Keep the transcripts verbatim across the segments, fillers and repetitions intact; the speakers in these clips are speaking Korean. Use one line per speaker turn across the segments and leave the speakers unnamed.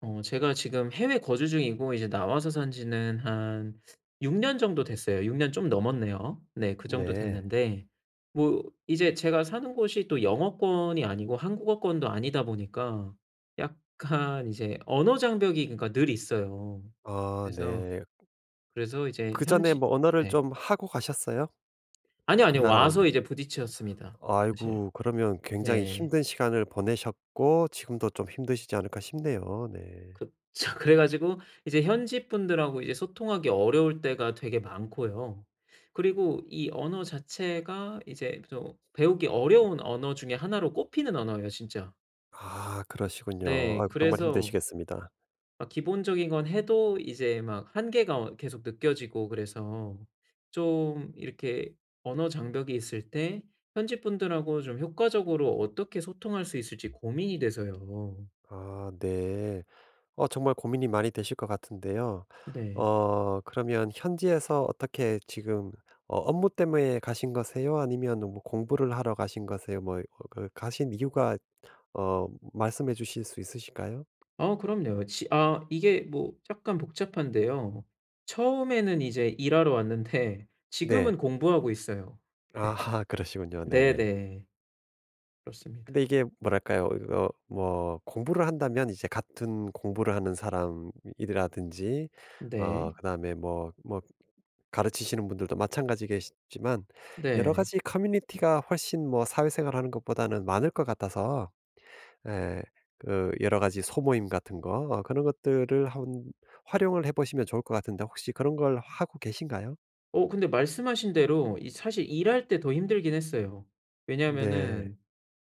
어 제가 지금 해외 거주 중이고 이제 나와서 산 지는 한 육 년 정도 됐어요. 육 년 좀 넘었네요. 네, 그 정도
네.
됐는데 뭐 이제 제가 사는 곳이 또 영어권이 아니고 한국어권도 아니다 보니까 약간 이제 언어 장벽이 그러니까 늘 있어요.
아
그래서,
네.
그래서 이제
그전에
현지
뭐 언어를
네.
좀 하고 가셨어요?
아니요,
그
아니요.
나라 언어를?
와서 이제 부딪혔습니다, 사실.
아이고, 그러면 굉장히
네.
힘든 시간을 보내셨고 지금도 좀 힘드시지 않을까 싶네요. 네.
그쵸. 그래 가지고 이제 현지 분들하고 이제 소통하기 어려울 때가 되게 많고요. 그리고 이 언어 자체가 이제 또 배우기 어려운 언어 중에 하나로 꼽히는 언어예요, 진짜.
아, 그러시군요.
네.
아이고 정말
그래서
힘드시겠습니다.
막 기본적인 건 해도 이제 막 한계가 어 계속 느껴지고, 그래서 좀 이렇게 언어 장벽이 있을 때 현지 분들하고 좀 효과적으로 어떻게 소통할 수 있을지 고민이 돼서요.
아 네. 어 정말 고민이 많이 되실 것 같은데요.
네.
어 그러면 현지에서 어떻게 지금 어 업무 때문에 가신 거세요? 아니면 뭐 공부를 하러 가신 거세요? 뭐 어 그 가신 이유가 어 말씀해 주실 수 있으실까요?
어 그럼요. 지 아 이게 뭐 약간 복잡한데요. 처음에는 이제 일하러 왔는데
네.
지금은 공부하고 있어요. 네.
아하, 그러시군요. 네네.
네네. 그렇습니다.
근데 이게 뭐랄까요? 이거 뭐 공부를 한다면 이제 같은 공부를 하는 사람이라든지 어
네.
그다음에 뭐 뭐 가르치시는 분들도 마찬가지겠지만 여러
네.
가지 커뮤니티가 훨씬 뭐 사회생활하는 것보다는 많을 것 같아서 예 그 여러 가지 소모임 같은 거 어 그런 것들을 한 활용을 해 보시면 좋을 것 같은데 혹시 그런 걸 하고 계신가요?
어 근데 말씀하신 대로 이 사실 일할 때 더 힘들긴 했어요.
네.
왜냐면은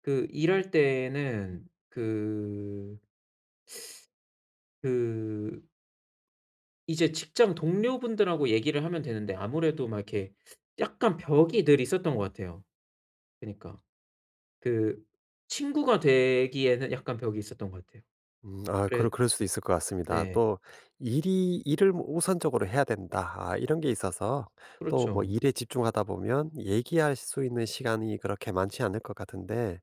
그 일할 때는 그 그 이제 직장 동료분들하고 얘기를 하면 되는데 아무래도 막 이렇게 약간 벽이 늘 있었던 것 같아요. 그니까. 러 그 친구가 되기에는 약간 벽이 있었던 것 같아요.
음, 아
그래.
그럴 그럴 수도 있을 것 같습니다.
네.
또 일이 '일을 뭐 우선적으로 해야 된다.' 아 이런 게 있어서 또 뭐
그렇죠.
일에 집중하다 보면 얘기할 수 있는 시간이 그렇게 많지 않을 것 같은데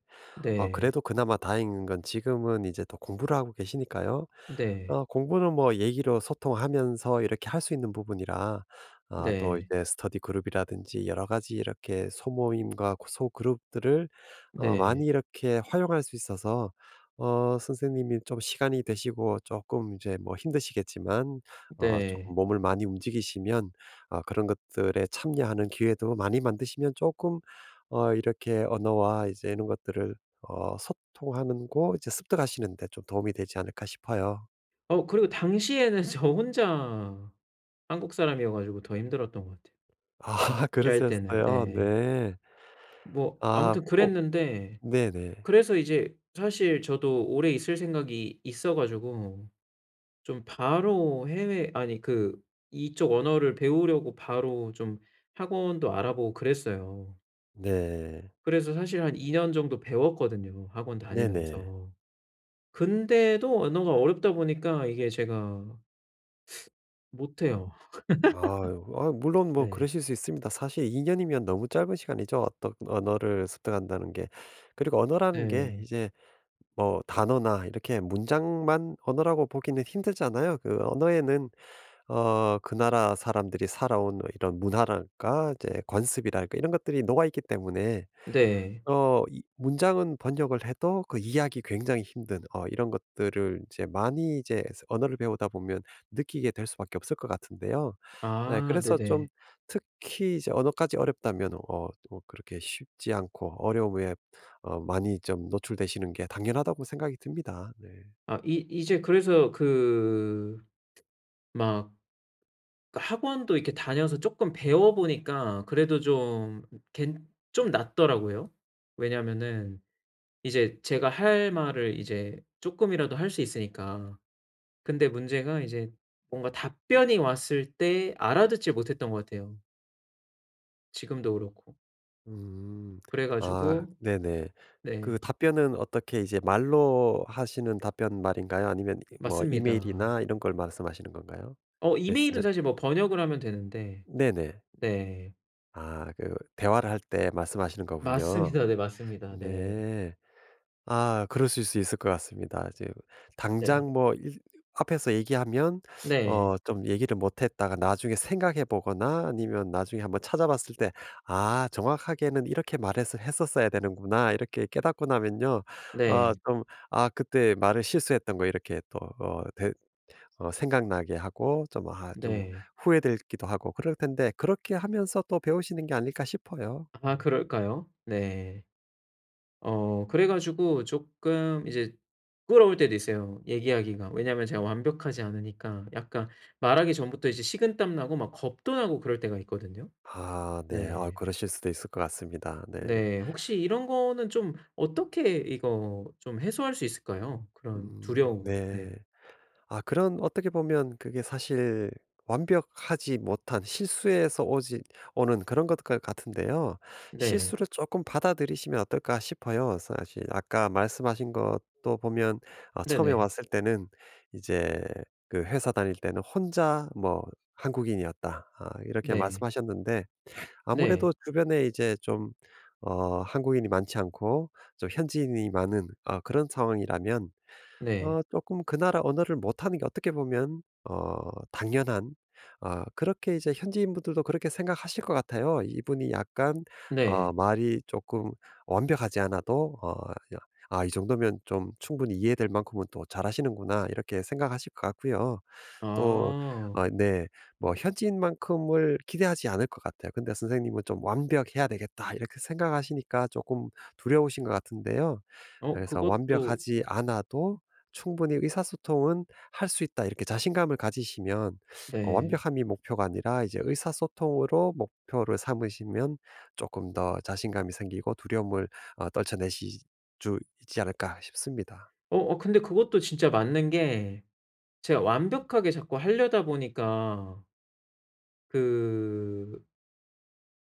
어,
네.
그래도 그나마 다행인 건 지금은 이제 또 공부를 하고 계시니까요.
네.
어 공부는 뭐 얘기로 소통하면서 이렇게 할 수 있는 부분이라 아 또
네.
이제 스터디 그룹이라든지 여러 가지 이렇게 소모임과 고 소그룹들을 어 많이
네.
이렇게 활용할 수 있어서 어 선생님이 좀 시간이 되시고 조금 이제 뭐 힘드시겠지만 어금
네.
몸을 많이 움직이시면 어, 그런 것들에 참여하는 기회도 많이 만드시면 조금 어 이렇게 언어와 이제 이런 것들을 어 소통하는 고 이제 습득하시는 데 좀 도움이 되지 않을까 싶어요.
어 그리고 당시에는 저 혼자 한국 사람이어 가지고 더 힘들었던 것 같아요,
아
일할 때는.
그러셨어요.
네.
네.
뭐
아
아무튼
꼭
그랬는데,
네네.
그래서 이제 사실 저도 오래 있을 생각이 있어 가지고 좀 바로 해외 아니 그 이쪽 언어를 배우려고 바로 좀 학원도 알아보고 그랬어요.
네.
그래서 사실 한 이 년 정도 배웠거든요, 학원
네네.
다니면서. 근데도 언어가 어렵다 보니까 이게 제가 못해요.
아유. 아 물론 뭐
네.
그러실 수 있습니다. 사실 이 년이면 너무 짧은 시간이죠. 어떤 언어를 습득한다는 게. 그리고 언어라는 게
네.
이제 뭐 단어나 이렇게 문장만 언어라고 보기는 힘들잖아요. 그 언어에는 어 그 나라 사람들이 살아온 이런 문화랄까 이제 관습이랄까 이런 것들이 녹아있기 때문에
네.
어 이 문장은 번역을 해도 그 이해하기 굉장히 힘든 어 이런 것들을 이제 많이 이제 언어를 배우다 보면 느끼게 될 수밖에 없을 것 같은데요. 네,
아
그래서 좀
네네.
특히 이제 언어까지 어렵다면 어 또 그렇게 쉽지 않고 어려움에 어 많이 좀 노출되시는 게 당연하다고 생각이 듭니다. 네.
아 이 이제 그래서 그 막 학원도 이렇게 다녀서 쪼끔 배워 보니까 그래도 좀 괜 좀 낫더라고요. 왜냐하면은 이제 제가 할 말을 이제 쪼끔이라도 할 수 있으니까. 근데 문제가 이제 뭔가 답변이 왔을 때 알아듣지 못했던 것 같아요, 지금도 그렇고.
음.
그래
아
가지고.
네네.
네.
그 답변은 어떻게 이제 말로 하시는 답변 말인가요? 아니면 뭐
맞습니다.
이메일이나 이런 걸 말씀하시는 건가요?
어
메신저
이메일은 사실 뭐 번역을 하면 되는데.
네네.
네.
아 그 대화를 할 때 말씀하시는 거군요.
맞습니다. 네, 맞습니다. 네.
네. 아 그러실 수 있을 것 같습니다. 이제
네.
당장 뭐 일 앞에서 얘기하면
네.
어 좀 얘기를 못 했다가 나중에 생각해 보거나 아니면 나중에 한번 찾아봤을 때 '아 정확하게는 이렇게 말해서 했었어야 되는구나.' 이렇게 깨닫고 나면요. 어
네.
좀 '아 그때 말을 실수했던 거.' 이렇게 또어되 어 생각나게 하고 좀 아 좀
네.
후회되기도 하고 그럴 텐데 그렇게 하면서 또 배우시는 게 아닐까 싶어요. 네.
아 그럴까요? 네. 어 그래 가지고 쪼끔 이제 부끄러울 때도 있어요, 얘기하기가. 왜냐하면 제가 완벽하지 않으니까 약간 말하기 전부터 이제 식은땀 나고 막 겁도 나고 그럴 때가 있거든요.
아 네. 아
네.
그러실 수도 있을 것 같습니다. 네.
네. 혹시 이런 거는 좀 어떻게 이거 좀 해소할 수 있을까요? 그런
음
두려움.
네.
네.
아 그런 어떻게 보면 그게 사실 완벽하지 못한 실수에서 오지 오는 그런 것 같- 같은데요.
네.
실수를 조금 받아들이시면 어떨까 싶어요. 사실 아까 말씀하신 것도 보면 어
네
처음에
네.
왔을 때는 이제 그 회사 다닐 때는 혼자 뭐 "한국인이었다." 아 이렇게
네.
말씀하셨는데 아무래도
네.
주변에 이제 좀 어 한국인이 많지 않고 좀 현지인이 많은 어 그런 상황이라면
네.
어 조금 그 나라 언어를 못하는 게 어떻게 보면 어 당연한 어 그렇게 이제 현지인분들도 그렇게 생각하실 것 같아요. 이분이 약간 어
네.
말이 조금 완벽하지 않아도 어 야 '아 이 정도면 좀 충분히 이해될 만큼은 또 잘하시는구나.' 이렇게 생각하실 것 같고요. 또
아.
어 네 뭐 현지인만큼을 기대하지 않을 것 같아요. 근데 선생님은 좀 '완벽해야 되겠다.' 이렇게 생각하시니까 조금 두려우신 것 같은데요.
어
그래서
그것도.
완벽하지 않아도 충분히 의사소통은 할 수 있다 이렇게 자신감을 가지시면 어
네.
완벽함이 목표가 아니라 이제 의사소통으로 목표를 삼으시면 조금 더 자신감이 생기고 두려움을 어 떨쳐내실 있지 않을까 싶습니다.
어 어 근데 그것도 진짜 맞는 게 제가 완벽하게 자꾸 하려다 보니까 그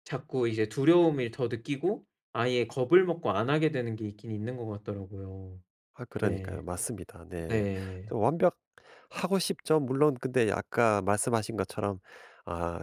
자꾸 이제 두려움을 더 느끼고 아예 겁을 먹고 안 하게 되는 게 있긴 있는 것 같더라고요.
아 그러니까요.
네.
맞습니다. 네.
네.
좀 완벽하고 싶죠. 물론, 근데 아까 말씀하신 것처럼 아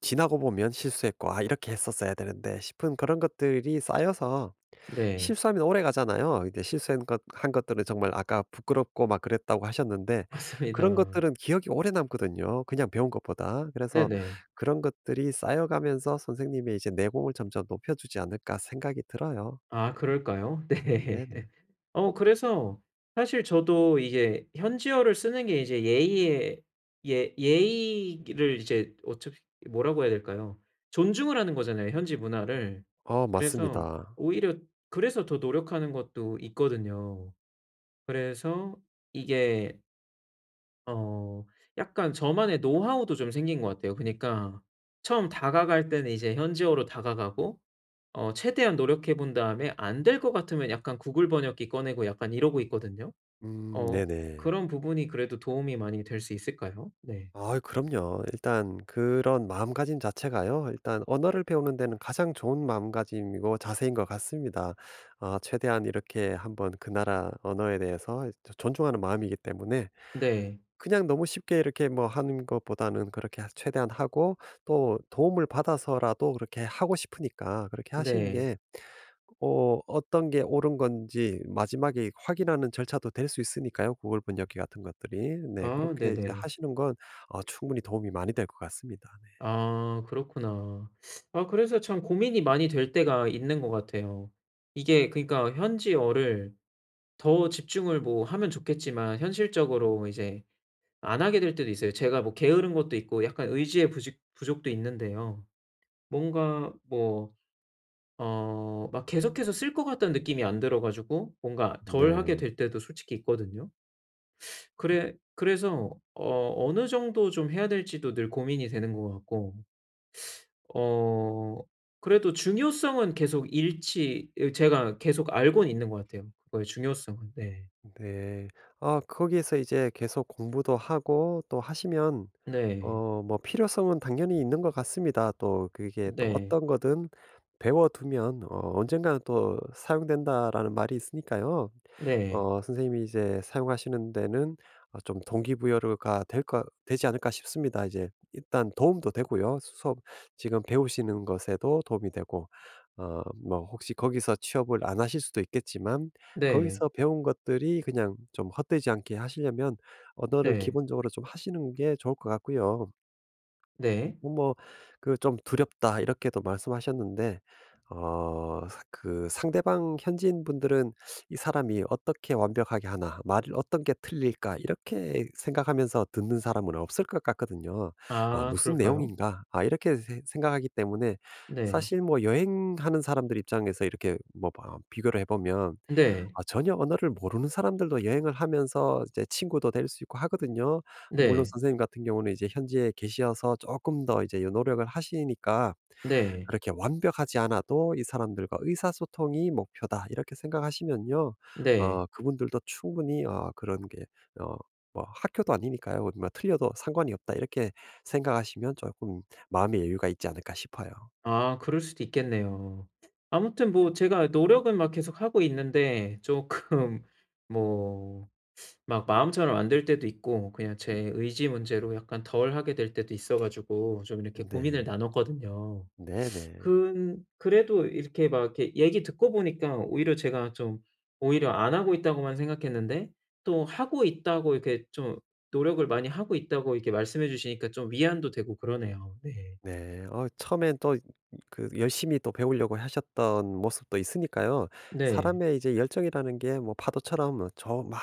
지나고 보면 실수했고 '아 이렇게 했었어야 되는데.' 싶은 그런 것들이 쌓여서
네.
실수하면 오래가잖아요. 이제 실수한 것 한 것들은 정말 아까 부끄럽고 막 그랬다고 하셨는데 그런
맞습니다.
것들은 기억이 오래 남거든요, 그냥 배운 것보다. 그래서
네네.
그런 것들이 쌓여가면서 선생님의 이제 내공을 점점 높여주지 않을까 생각이 들어요.
아
네.
그럴까요?
네네.
네. 어 그래서 사실 저도 이게 현지어를 쓰는 게 이제 예의에 예 예의를 이제 어차피 뭐라고 해야 될까요? 존중을 하는 거잖아요, 현지 문화를.
어
그래서
맞습니다.
오히려 그래서 더 노력하는 것도 있거든요. 그래서 이게 어 약간 저만의 노하우도 좀 생긴 것 같아요. 그니까 러 처음 다가갈 때는 이제 현지어로 다가가고 어 최대한 노력해 본 다음에 안 될 것 같으면 약간 구글 번역기 꺼내고 약간 이러고 있거든요.
음
어
네네.
그런 부분이 그래도 도움이 많이 될 수 있을까요? 네.
아 그럼요. 일단 그런 마음가짐 자체가요. 일단 언어를 배우는 데는 가장 좋은 마음가짐이고 자세인 것 같습니다. 아 최대한 이렇게 한번 그 나라 언어에 대해서 존중하는 마음이기 때문에
네.
그냥 너무 쉽게 이렇게 뭐 하는 것보다는 그렇게 하 최대한 하고 또 도움을 받아서라도 그렇게 하고 싶으니까 그렇게 하시는
네.
게 어 어떤 게 옳은 건지 마지막에 확인하는 절차도 될 수 있으니까요, 구글 번역기 같은 것들이. 네
아
그렇게 이제
네네.
하시는 건 어 충분히 도움이 많이 될 것 같습니다. 네.
아 그렇구나. 아 그래서 참 고민이 많이 될 때가 있는 것 같아요. 이게 그러니까 현지어를 더 집중을 뭐 하면 좋겠지만 현실적으로 이제 안 하게 될 때도 있어요. 제가 뭐 게으른 것도 있고 약간 의지의 부직 부족도 있는데요. 뭔가 뭐 어 막 계속해서 쓸 것 같다는 느낌이 안 들어 가지고 뭔가 덜 하게
네.
될 때도 솔직히 있거든요. 그래 그래서 어 어느 정도 좀 해야 될지도 늘 고민이 되는 것 같고 어 그래도 중요성은 계속 일치 제가 계속 알고는 있는 것 같아요, 그거의 중요성은. 네.
네. 아 거기에서 이제 계속 공부도 하고 또 하시면
네.
어 뭐 필요성은 당연히 있는 것 같습니다. 또 그게 또
네.
어떤 거든 배워 두면 어 언젠가는 또 사용된다라는 말이 있으니까요.
네.
어 선생님이 이제 사용하시는 데는 어 좀 동기부여가 될까 되지 않을까 싶습니다. 이제 일단 도움도 되고요. 수업 지금 배우시는 것에도 도움이 되고 어 뭐 혹시 거기서 취업을 안 하실 수도 있겠지만
네.
거기서 배운 것들이 그냥 좀 헛되지 않게 하시려면 언어를
네.
기본적으로 좀 하시는 게 좋을 것 같고요.
네.
어, 뭐그 좀 두렵다 이렇게도 말씀하셨는데 어 사- 그 상대방 현지인 분들은 '이 사람이 어떻게 완벽하게 하나? 말을 어떤 게 틀릴까?' 이렇게 생각하면서 듣는 사람은 없을 것 같거든요. '아
아
무슨
그럴까요?
내용인가?' 아 이렇게 세 생각하기 때문에
네.
사실 뭐 여행하는 사람들 입장에서 이렇게 뭐 봐 비교를 해 보면
네.
아 전혀 언어를 모르는 사람들도 여행을 하면서 이제 친구도 될 수 있고 하거든요. 물론
네.
선생님 같은 경우는 이제 현지에 계셔서 조금 더 이제 요 노력을 하시니까
네.
그렇게 '완벽하지 않아도 이 사람들과 의사소통이 목표다.' 이렇게 생각하시면요.
네.
어 그분들도 충분히 어 그런 게 어 뭐 학교도 아니니까요. 뭐 틀려도 상관이 없다 이렇게 생각하시면 조금 마음의 여유가 있지 않을까 싶어요.
아 그럴 수도 있겠네요. 아무튼 뭐 제가 노력은 막 계속하고 있는데 조금 뭐 막 마음처럼 안 될 때도 있고 그냥 제 의지 문제로 약간 덜 하게 될 때도 있어 가지고 좀 이렇게 고민을
네.
나눴거든요.
네네.
근 그래도 이렇게 막 이렇게 얘기 듣고 보니까 오히려 제가 좀 오히려 안 하고 있다고만 생각했는데 또 하고 있다고 이렇게 좀 노력을 많이 하고 있다고 이렇게 말씀해 주시니까 좀 위안도 되고 그러네요. 네.
네. 어 처음엔 또 그 열심히 또 배우려고 하셨던 모습도 있으니까요.
네.
사람의 이제 열정이라는 게 뭐 파도처럼 뭐 저막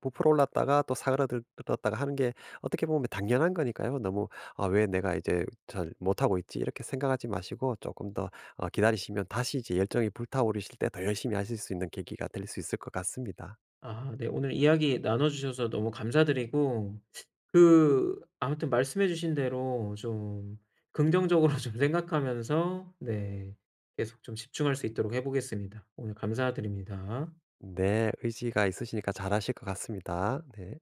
부풀어 올랐다가 또 사그라들었다가 하는 게 어떻게 보면 당연한 거니까요. 너무 '아 왜 내가 이제 잘 못하고 있지?' 이렇게 생각하지 마시고 조금 더 어 기다리시면 다시 이제 열정이 불타오르실 때 더 열심히 하실 수 있는 계기가 될 수 있을 것 같습니다.
아 네. 오늘 이야기 나눠 주셔서 너무 감사드리고 그 아무튼 말씀해 주신 대로 좀 긍정적으로 좀 생각하면서 네 계속 좀 집중할 수 있도록 해 보겠습니다. 오늘 감사드립니다.
네. 의지가 있으시니까 잘하실 것 같습니다. 네.